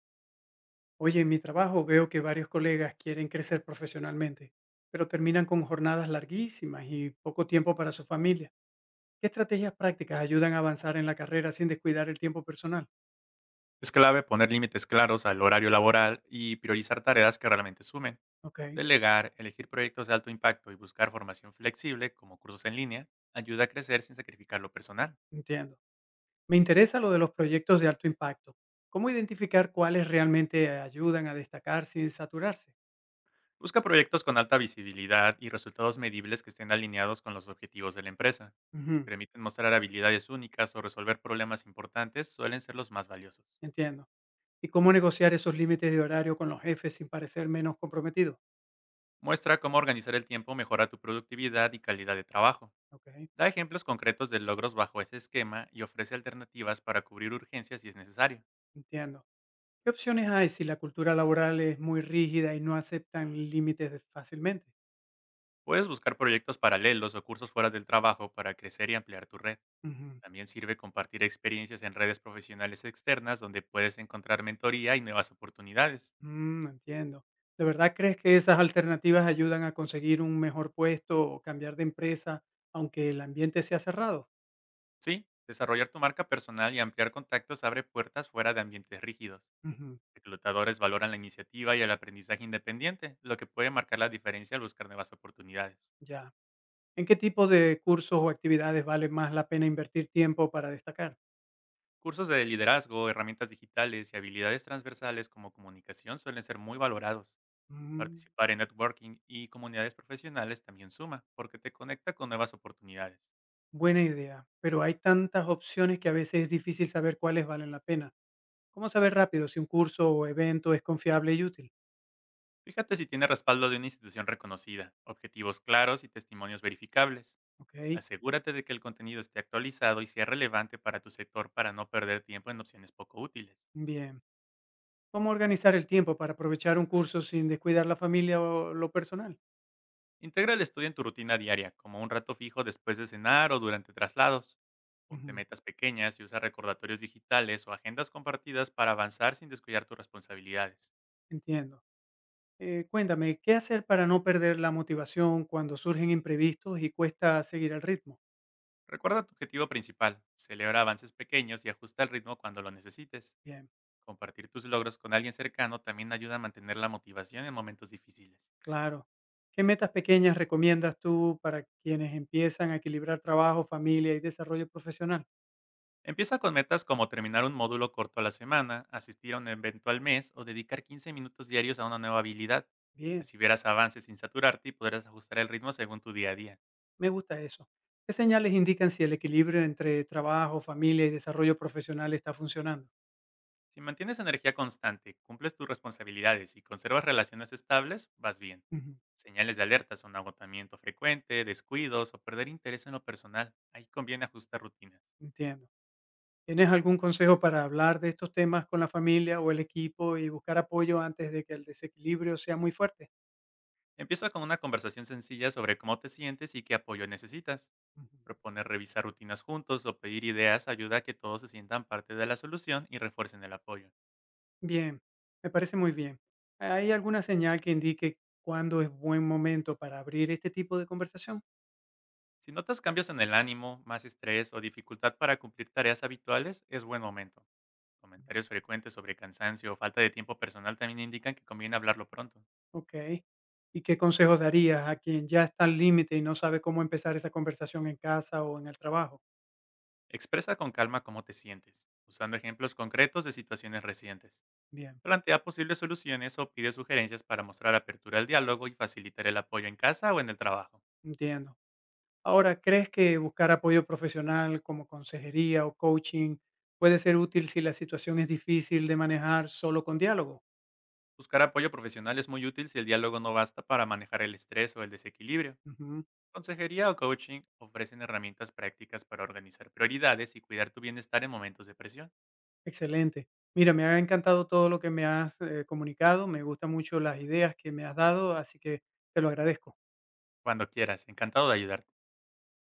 Oye, en mi trabajo veo que varios colegas quieren crecer profesionalmente, pero terminan con jornadas larguísimas y poco tiempo para su familia. ¿Qué estrategias prácticas ayudan a avanzar en la carrera sin descuidar el tiempo personal? Es clave poner límites claros al horario laboral y priorizar tareas que realmente sumen. Ok, Delegar, elegir proyectos de alto impacto y buscar formación flexible, como cursos en línea, ayuda a crecer sin sacrificar lo personal. entiendo. Me interesa lo de los proyectos de alto impacto. ¿Cómo identificar cuáles realmente ayudan a destacar sin saturarse? Busca proyectos con alta visibilidad y resultados medibles que estén alineados con los objetivos de la empresa. Si Ujú, permiten mostrar habilidades únicas o resolver problemas importantes, suelen ser los más valiosos. entiendo. ¿Y cómo negociar esos límites de horario con los jefes sin parecer menos comprometido? Muestra cómo organizar el tiempo mejora tu productividad y calidad de trabajo. Ok, Da ejemplos concretos de logros bajo ese esquema y ofrece alternativas para cubrir urgencias si es necesario. entiendo. ¿Qué opciones hay si la cultura laboral es muy rígida y no aceptan fácilmente? Puedes buscar proyectos paralelos o cursos fuera del trabajo para crecer y ampliar tu red. Ujú. También sirve compartir experiencias en redes profesionales externas donde puedes encontrar mentoría y nuevas oportunidades. Mm, entiendo. ¿De verdad crees que esas alternativas ayudan a conseguir un mejor puesto o cambiar de empresa, aunque el ambiente sea cerrado? Sí, desarrollar tu marca personal y ampliar contactos abre puertas fuera de ambientes rígidos. Ujú, Reclutadores valoran la iniciativa y el aprendizaje independiente, lo que puede marcar la diferencia al buscar nuevas oportunidades. ya. ¿En qué tipo de cursos o actividades vale más la pena invertir tiempo para destacar? Cursos de liderazgo, herramientas digitales y habilidades transversales como comunicación suelen ser muy valorados. Mm, Participar en networking y comunidades profesionales también suma, porque te conecta con nuevas oportunidades. buena idea, pero hay tantas opciones que a veces es difícil saber cuáles valen la pena. ¿Cómo saber rápido si un curso o evento es confiable y útil? Fíjate si tiene respaldo de una institución reconocida, objetivos claros y testimonios verificables. ¿Ok? Asegúrate de que el contenido esté actualizado y sea relevante para tu sector para no perder tiempo en opciones poco útiles. Bien. ¿Cómo organizar el tiempo para aprovechar un curso sin descuidar la familia o lo personal? Integra el estudio en tu rutina diaria, como un rato fijo después de cenar o durante traslados. Ponte Ujú. metas pequeñas y usa recordatorios digitales o agendas compartidas para avanzar sin descuidar tus responsabilidades. Entiendo. Cuéntame, ¿qué hacer para no perder la motivación cuando surgen imprevistos y cuesta seguir el ritmo? Recuerda tu objetivo principal, celebra avances pequeños y ajusta el ritmo cuando lo necesites. Bien, Compartir tus logros con alguien cercano también ayuda a mantener la motivación en momentos difíciles. claro. ¿Qué metas pequeñas recomiendas tú para quienes empiezan a equilibrar trabajo, familia y desarrollo profesional? Empieza con metas como terminar un módulo corto a la semana, asistir a un evento al mes o dedicar 15 minutos diarios a una nueva habilidad. Bien, Así verás avances sin saturarte y podrás ajustar el ritmo según tu día a día. me gusta eso. ¿Qué señales indican si el equilibrio entre trabajo, familia y desarrollo profesional está funcionando? Si mantienes energía constante, cumples tus responsabilidades y conservas relaciones estables, vas bien. Ujú, Señales de alerta son agotamiento frecuente, descuidos o perder interés en lo personal. Ahí conviene ajustar rutinas. entiendo. ¿Tienes algún consejo para hablar de estos temas con la familia o el equipo y buscar apoyo antes de que el desequilibrio sea muy fuerte? Empieza con una conversación sencilla sobre cómo te sientes y qué apoyo necesitas. Ujú. Proponer revisar rutinas juntos o pedir ideas ayuda a que todos se sientan parte de la solución y refuercen el apoyo. Bien, me parece muy bien. ¿Hay alguna señal que indique cuándo es buen momento para abrir este tipo de conversación? Si notas cambios en el ánimo, más estrés o dificultad para cumplir tareas habituales, es buen momento. Comentarios frecuentes sobre cansancio o falta de tiempo personal también indican que conviene hablarlo pronto. Ok. ¿Y qué consejos darías a quien ya está al límite y no sabe cómo empezar esa conversación en casa o en el trabajo? Expresa con calma cómo te sientes, usando ejemplos concretos de situaciones recientes. Bien, Plantea posibles soluciones o pide sugerencias para mostrar apertura al diálogo y facilitar el apoyo en casa o en el trabajo. entiendo. Ahora, ¿crees que buscar apoyo profesional como consejería o coaching puede ser útil si la situación es difícil de manejar solo con diálogo? Buscar apoyo profesional es muy útil si el diálogo no basta para manejar el estrés o el desequilibrio. Ujú, Consejería o coaching ofrecen herramientas prácticas para organizar prioridades y cuidar tu bienestar en momentos de presión. excelente. Mira, me ha encantado todo lo que me has comunicado, me gustan mucho las ideas que me has dado, así que te lo agradezco. Cuando quieras, encantado de ayudarte.